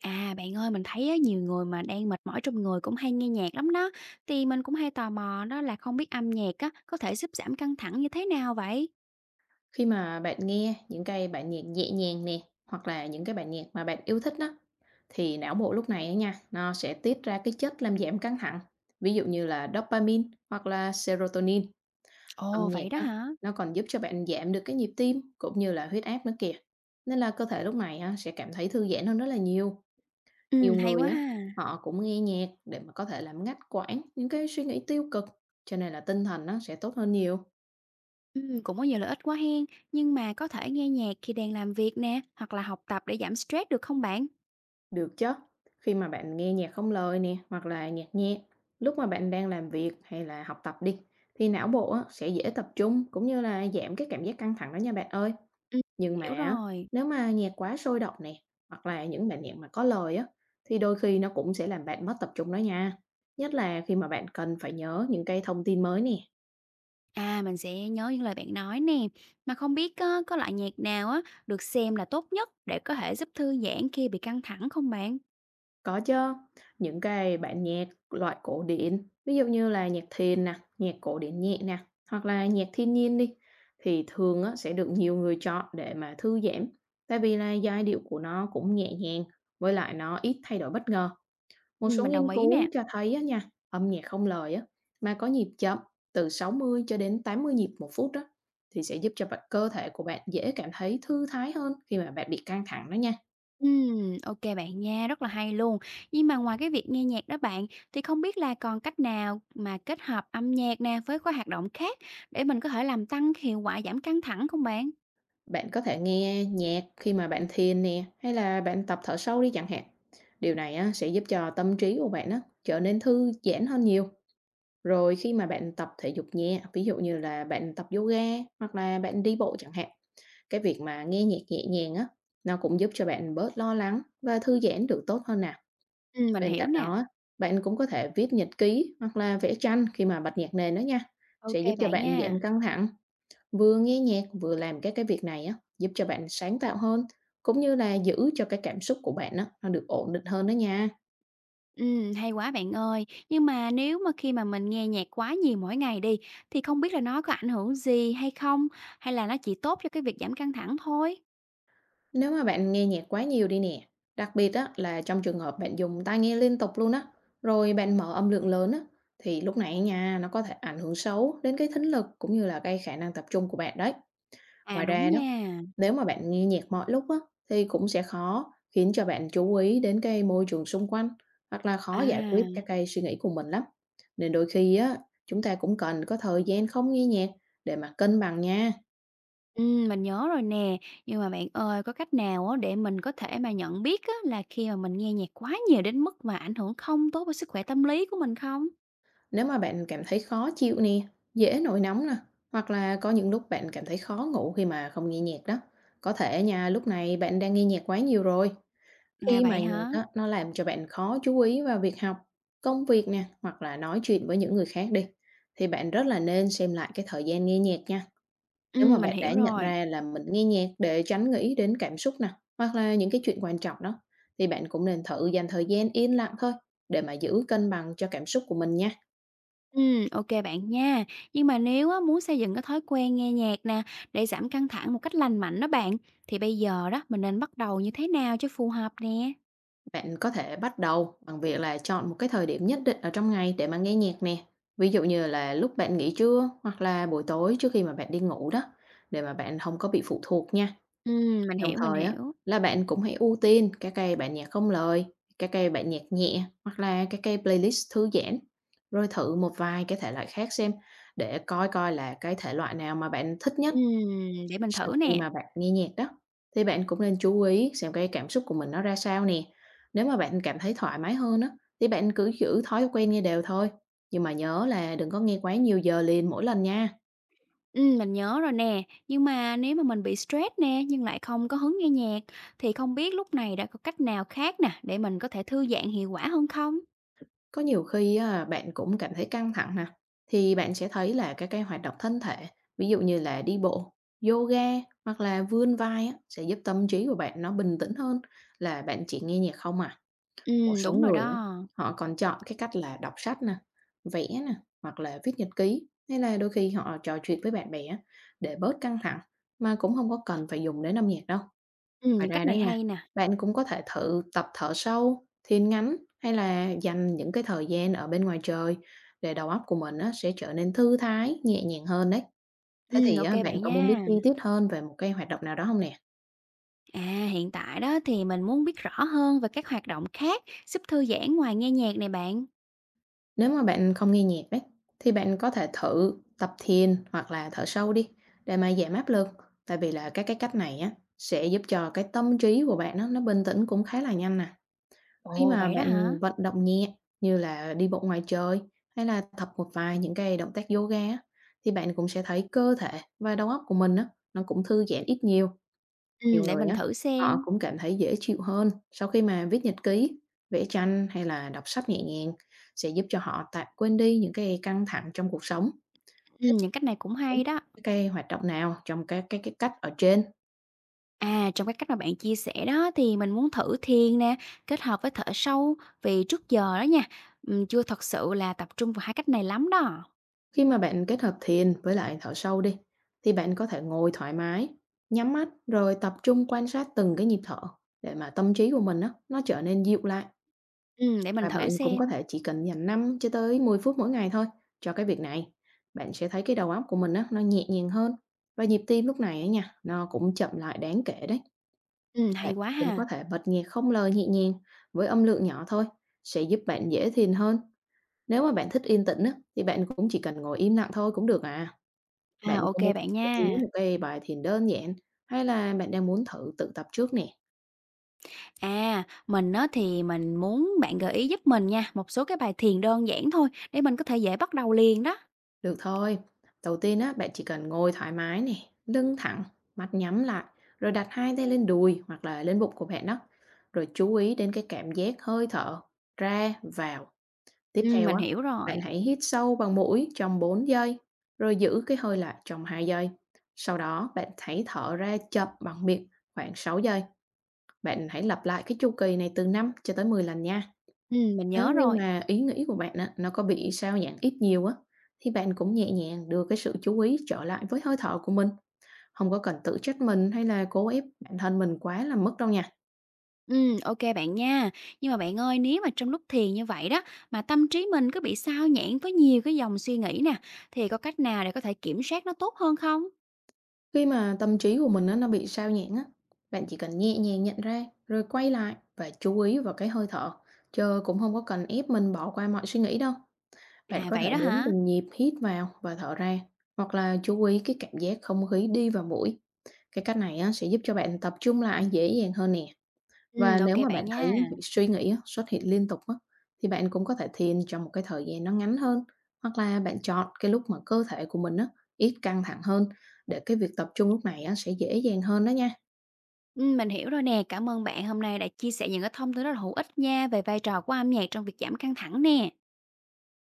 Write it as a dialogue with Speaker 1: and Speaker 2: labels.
Speaker 1: À, bạn ơi, mình thấy á, nhiều người mà đang mệt mỏi trong người cũng hay nghe nhạc lắm đó. Thì mình cũng hay tò mò đó là không biết âm nhạc á, có thể giúp giảm căng thẳng như thế nào vậy?
Speaker 2: Khi mà bạn nghe những cái bản nhạc nhẹ nhàng nè, hoặc là những cái bản nhạc mà bạn yêu thích đó, thì não bộ lúc này á nha, nó sẽ tiết ra cái chất làm giảm căng thẳng, ví dụ như là dopamine hoặc là serotonin. Âm
Speaker 1: Ồ,
Speaker 2: nhạc
Speaker 1: vậy đó
Speaker 2: đó,
Speaker 1: hả?
Speaker 2: nó còn giúp cho bạn giảm được cái nhịp tim cũng như là huyết áp nữa kìa. Nên là cơ thể lúc này á, sẽ cảm thấy thư giãn hơn rất là nhiều. Nhiều
Speaker 1: Ừ, hay
Speaker 2: người
Speaker 1: quá
Speaker 2: á,
Speaker 1: ha.
Speaker 2: họ cũng nghe nhạc để mà có thể làm ngắt quãng những cái suy nghĩ tiêu cực, cho nên là tinh thần nó sẽ tốt hơn nhiều.
Speaker 1: Ừ, cũng có nhiều lợi ích quá hen. Nhưng mà có thể nghe nhạc khi đang làm việc nè, hoặc là học tập để giảm stress được không bạn?
Speaker 2: Được chứ. Khi mà bạn nghe nhạc không lời nè, hoặc là nhạc nhẹ, lúc mà bạn đang làm việc hay là học tập đi, thì não bộ á, sẽ dễ tập trung cũng như là giảm cái cảm giác căng thẳng đó nha bạn ơi.
Speaker 1: Ừ,
Speaker 2: Nhưng mà
Speaker 1: hiểu
Speaker 2: á,
Speaker 1: rồi.
Speaker 2: nếu mà nhạc quá sôi động nè, hoặc là những bản nhạc mà có lời á, thì đôi khi nó cũng sẽ làm bạn mất tập trung đó nha. Nhất là khi mà bạn cần phải nhớ những cái thông tin mới nè.
Speaker 1: À, mình sẽ nhớ những lời bạn nói nè. Mà không biết á, có loại nhạc nào á, được xem là tốt nhất để có thể giúp thư giãn khi bị căng thẳng không bạn?
Speaker 2: Có chứ, những cái bản nhạc loại cổ điển, ví dụ như là nhạc thiền nè, nhạc cổ điển nhẹ nè, hoặc là nhạc thiên nhiên đi, thì thường á, sẽ được nhiều người chọn để mà thư giãn, tại vì là giai điệu của nó cũng nhẹ nhàng, với lại nó ít thay đổi bất ngờ. Một
Speaker 1: Ừ,
Speaker 2: số
Speaker 1: mình đồng
Speaker 2: nghiên
Speaker 1: ý nè.
Speaker 2: cứu cho thấy á nha, âm nhạc không lời á, mà có nhịp chậm từ 60 cho đến 80 nhịp một phút đó, thì sẽ giúp cho cơ thể của bạn dễ cảm thấy thư thái hơn khi mà bạn bị căng thẳng đó nha.
Speaker 1: Ok bạn nha, rất là hay luôn. Nhưng mà ngoài cái việc nghe nhạc đó bạn, thì không biết là còn cách nào mà kết hợp âm nhạc nè với các hoạt động khác để mình có thể làm tăng cái hiệu quả giảm căng thẳng không bạn?
Speaker 2: Bạn có thể nghe nhạc khi mà bạn thiền nè, hay là bạn tập thở sâu đi chẳng hạn. Điều này á, sẽ giúp cho tâm trí của bạn á, trở nên thư giãn hơn nhiều. Rồi khi mà bạn tập thể dục nhẹ, ví dụ như là bạn tập yoga hoặc là bạn đi bộ chẳng hạn, cái việc mà nghe nhạc nhẹ nhàng á, nó cũng giúp cho bạn bớt lo lắng và thư giãn được tốt hơn nè.
Speaker 1: Mình
Speaker 2: Bên
Speaker 1: hiểu
Speaker 2: cạnh
Speaker 1: nè.
Speaker 2: đó á, bạn cũng có thể viết nhật ký hoặc là vẽ tranh khi mà bật nhạc nền đó nha,
Speaker 1: Ok
Speaker 2: sẽ giúp cho
Speaker 1: bạn
Speaker 2: bạn
Speaker 1: nha.
Speaker 2: giảm căng thẳng. Vừa nghe nhạc, vừa làm các cái việc này á, giúp cho bạn sáng tạo hơn, cũng như là giữ cho cái cảm xúc của bạn á, nó được ổn định hơn đó nha.
Speaker 1: Hay quá bạn ơi. Nhưng mà nếu mà khi mà mình nghe nhạc quá nhiều mỗi ngày đi, thì không biết là nó có ảnh hưởng gì hay không? Hay là nó chỉ tốt cho cái việc giảm căng thẳng thôi?
Speaker 2: Nếu mà bạn nghe nhạc quá nhiều đi nè, đặc biệt á, là trong trường hợp bạn dùng tai nghe liên tục luôn á, rồi bạn mở âm lượng lớn á, thì lúc này nha, nó có thể ảnh hưởng xấu đến cái thính lực cũng như là cái khả năng tập trung của bạn đấy.
Speaker 1: À,
Speaker 2: Ngoài
Speaker 1: đúng
Speaker 2: ra đó,
Speaker 1: nha.
Speaker 2: nếu mà bạn nghe nhạc mọi lúc á, thì cũng sẽ khó khiến cho bạn chú ý đến cái môi trường xung quanh hoặc là khó giải quyết các
Speaker 1: À.
Speaker 2: cái suy nghĩ của mình lắm. Nên đôi khi á, chúng ta cũng cần có thời gian không nghe nhạc để mà cân bằng nha.
Speaker 1: Mình nhớ rồi nè, nhưng mà bạn ơi, có cách nào á để mình có thể mà nhận biết á là khi mà mình nghe nhạc quá nhiều đến mức mà ảnh hưởng không tốt với sức khỏe tâm lý của mình không?
Speaker 2: Nếu mà bạn cảm thấy khó chịu nè, dễ nổi nóng nè, hoặc là có những lúc bạn cảm thấy khó ngủ khi mà không nghe nhạc đó, có thể nha, lúc này bạn đang nghe nhạc quá nhiều rồi.
Speaker 1: À,
Speaker 2: Khi mà
Speaker 1: vậy
Speaker 2: nhạc
Speaker 1: hả?
Speaker 2: á, nó làm cho bạn khó chú ý vào việc học, công việc nè, hoặc là nói chuyện với những người khác đi, thì bạn rất là nên xem lại cái thời gian nghe nhạc nha. Nếu mà
Speaker 1: Mình
Speaker 2: bạn đã
Speaker 1: hiểu
Speaker 2: nhận
Speaker 1: rồi.
Speaker 2: ra là mình nghe nhạc để tránh nghĩ đến cảm xúc nè, hoặc là những cái chuyện quan trọng đó, thì bạn cũng nên thử dành thời gian yên lặng thôi để mà giữ cân bằng cho cảm xúc của mình nha.
Speaker 1: Ô bạn nha. Nhưng mà nếu á muốn xây dựng cái thói quen nghe nhạc nè, để giảm căng thẳng một cách lành mạnh đó bạn, thì bây giờ đó mình nên bắt đầu như thế nào cho phù hợp nè?
Speaker 2: Bạn có thể bắt đầu bằng việc là chọn một cái thời điểm nhất định ở trong ngày để mà nghe nhạc nè. Ví dụ như là lúc bạn nghỉ trưa hoặc là buổi tối trước khi mà bạn đi ngủ đó, để mà bạn không có bị phụ thuộc nha.
Speaker 1: Mình
Speaker 2: Đồng
Speaker 1: hiểu, mình
Speaker 2: thời á,
Speaker 1: hiểu.
Speaker 2: là bạn cũng hãy ưu tiên các cây bản nhạc không lời, các cây bản nhạc nhẹ hoặc là các cây playlist thư giãn. Rồi thử một vài cái thể loại khác xem để coi coi là cái thể loại nào mà bạn thích nhất.
Speaker 1: Ừm, để mình thử
Speaker 2: Sau khi
Speaker 1: nè.
Speaker 2: mà bạn nghe nhạc đó, thì bạn cũng nên chú ý xem cái cảm xúc của mình nó ra sao nè. Nếu mà bạn cảm thấy thoải mái hơn á, thì bạn cứ giữ thói quen nghe đều thôi. Nhưng mà nhớ là đừng có nghe quá nhiều giờ liền mỗi lần nha.
Speaker 1: Mình nhớ rồi nè, nhưng mà nếu mà mình bị stress nè, nhưng lại không có hứng nghe nhạc thì không biết lúc này đã có cách nào khác nè để mình có thể thư giãn hiệu quả hơn không?
Speaker 2: Có nhiều khi á, bạn cũng cảm thấy căng thẳng nè, thì bạn sẽ thấy là các cái hoạt động thân thể, ví dụ như là đi bộ, yoga hoặc là vươn vai á, sẽ giúp tâm trí của bạn nó bình tĩnh hơn là bạn chỉ nghe nhạc không à. Một số
Speaker 1: Đúng rồi
Speaker 2: người á,
Speaker 1: đó.
Speaker 2: họ còn chọn cái cách là đọc sách nè, vẽ nè, hoặc là viết nhật ký, hay là đôi khi họ trò chuyện với bạn bè á, để bớt căng thẳng mà cũng không có cần phải dùng đến âm nhạc đâu. Ngoài
Speaker 1: Những
Speaker 2: ra
Speaker 1: cách
Speaker 2: đó
Speaker 1: này
Speaker 2: nha,
Speaker 1: hay nè.
Speaker 2: bạn cũng có thể thử tập thở sâu, thiền ngắn hay là dành những cái thời gian ở bên ngoài trời để đầu óc của mình á, sẽ trở nên thư thái, nhẹ nhàng hơn đấy. Thế thì
Speaker 1: Ô
Speaker 2: á, bạn
Speaker 1: bạn
Speaker 2: có muốn biết
Speaker 1: nha.
Speaker 2: chi tiết hơn về một cái hoạt động nào đó không nè?
Speaker 1: À, hiện tại đó thì mình muốn biết rõ hơn về các hoạt động khác giúp thư giãn ngoài nghe nhạc này bạn.
Speaker 2: Nếu mà bạn không nghe nhạc ấy, thì bạn có thể thử tập thiền hoặc là thở sâu đi để mà giảm áp lực. Tại vì là các cái cách này á, sẽ giúp cho cái tâm trí của bạn nó bình tĩnh cũng khá là nhanh nè. Khi
Speaker 1: Ồ,
Speaker 2: mà
Speaker 1: vậy đó hả?
Speaker 2: bạn vận động nhẹ như là đi bộ ngoài trời hay là tập một vài những cái động tác yoga á, thì bạn cũng sẽ thấy cơ thể và đầu óc của mình á, nó cũng thư giãn ít nhiều. Nhiều
Speaker 1: Để
Speaker 2: người
Speaker 1: mình
Speaker 2: á,
Speaker 1: thử
Speaker 2: họ
Speaker 1: xem.
Speaker 2: cũng cảm thấy dễ chịu hơn sau khi mà viết nhật ký, vẽ tranh hay là đọc sách nhẹ nhàng, sẽ giúp cho họ tạm quên đi những cái căng thẳng trong cuộc sống.
Speaker 1: Những cách này cũng
Speaker 2: Đúng.
Speaker 1: hay đó.
Speaker 2: Cái hoạt động nào trong các cái cách ở trên,
Speaker 1: À, trong cái cách mà bạn chia sẻ đó thì mình muốn thử thiền nè, kết hợp với thở sâu vì trước giờ đó nha, chưa thật sự là tập trung vào hai cách này lắm đó.
Speaker 2: khi mà bạn kết hợp thiền với lại thở sâu đi, thì bạn có thể ngồi thoải mái, nhắm mắt rồi tập trung quan sát từng cái nhịp thở để mà tâm trí của mình á, nó trở nên dịu lại.
Speaker 1: Để mình
Speaker 2: Và
Speaker 1: thử
Speaker 2: bạn cũng có
Speaker 1: xem.
Speaker 2: thể chỉ cần dành 5 cho tới 10 phút mỗi ngày thôi cho cái việc này. Bạn sẽ thấy cái đầu óc của mình á, nó nhẹ nhàng hơn và nhịp tim lúc này á nha, nó cũng chậm lại đáng kể đấy.
Speaker 1: Hay
Speaker 2: Bạn
Speaker 1: quá
Speaker 2: cũng có
Speaker 1: ha.
Speaker 2: thể bật nhạc không lời nhẹ nhàng với âm lượng nhỏ thôi, sẽ giúp bạn dễ thiền hơn. Nếu mà bạn thích yên tĩnh á, thì bạn cũng chỉ cần ngồi im lặng thôi cũng được à.
Speaker 1: À,
Speaker 2: Bạn
Speaker 1: ô
Speaker 2: có muốn
Speaker 1: bạn
Speaker 2: gợi
Speaker 1: nha.
Speaker 2: một cái bài thiền đơn giản hay là bạn đang muốn thử tự tập trước nè?
Speaker 1: À, mình á thì mình muốn bạn gợi ý giúp mình nha, một số cái bài thiền đơn giản thôi để mình có thể dễ bắt đầu liền đó.
Speaker 2: Được thôi. Đầu tiên á, bạn chỉ cần ngồi thoải mái nè, lưng thẳng, mắt nhắm lại, rồi đặt hai tay lên đùi hoặc là lên bụng của bạn đó. Rồi chú ý đến cái cảm giác hơi thở ra vào. Tiếp theo
Speaker 1: Mình
Speaker 2: á,
Speaker 1: hiểu rồi.
Speaker 2: bạn hãy hít sâu bằng mũi trong 4 giây, rồi giữ cái hơi lại trong 2 giây. Sau đó bạn hãy thở ra chậm bằng miệng khoảng 6 giây. Bạn hãy lặp lại cái chu kỳ này từ 5 cho tới 10 lần nha.
Speaker 1: Mình
Speaker 2: Nếu
Speaker 1: nhớ
Speaker 2: như
Speaker 1: rồi.
Speaker 2: mà ý nghĩ của bạn á, nó có bị sao nhãng ít nhiều á, thì bạn cũng nhẹ nhàng đưa cái sự chú ý trở lại với hơi thở của mình. Không có cần tự trách mình hay là cố ép bản thân mình quá là mức đâu nha.
Speaker 1: Ok bạn nha. Nhưng mà bạn ơi, nếu mà trong lúc thiền như vậy đó, mà tâm trí mình cứ bị sao nhãng với nhiều cái dòng suy nghĩ nè, thì có cách nào để có thể kiểm soát nó tốt hơn không?
Speaker 2: Khi mà tâm trí của mình á, nó bị sao nhãng á, bạn chỉ cần nhẹ nhàng nhận ra rồi quay lại và chú ý vào cái hơi thở. Chứ cũng không có cần ép mình bỏ qua mọi suy nghĩ đâu. Bạn
Speaker 1: À,
Speaker 2: có thể
Speaker 1: vậy đó
Speaker 2: đếm
Speaker 1: hả?
Speaker 2: từng nhịp hít vào và thở ra, hoặc là chú ý cái cảm giác không khí đi vào mũi. Cái cách này á, sẽ giúp cho bạn tập trung lại dễ dàng hơn nè. Và
Speaker 1: Ok
Speaker 2: nếu mà
Speaker 1: bạn
Speaker 2: bạn
Speaker 1: nha.
Speaker 2: thấy bị suy nghĩ á, xuất hiện liên tục á, thì bạn cũng có thể thiền trong một cái thời gian nó ngắn hơn, hoặc là bạn chọn cái lúc mà cơ thể của mình á, ít căng thẳng hơn để cái việc tập trung lúc này á, sẽ dễ dàng hơn đó nha.
Speaker 1: Mình hiểu rồi nè. Cảm ơn bạn hôm nay đã chia sẻ những cái thông tin rất là hữu ích nha, về vai trò của âm nhạc trong việc giảm căng thẳng nè.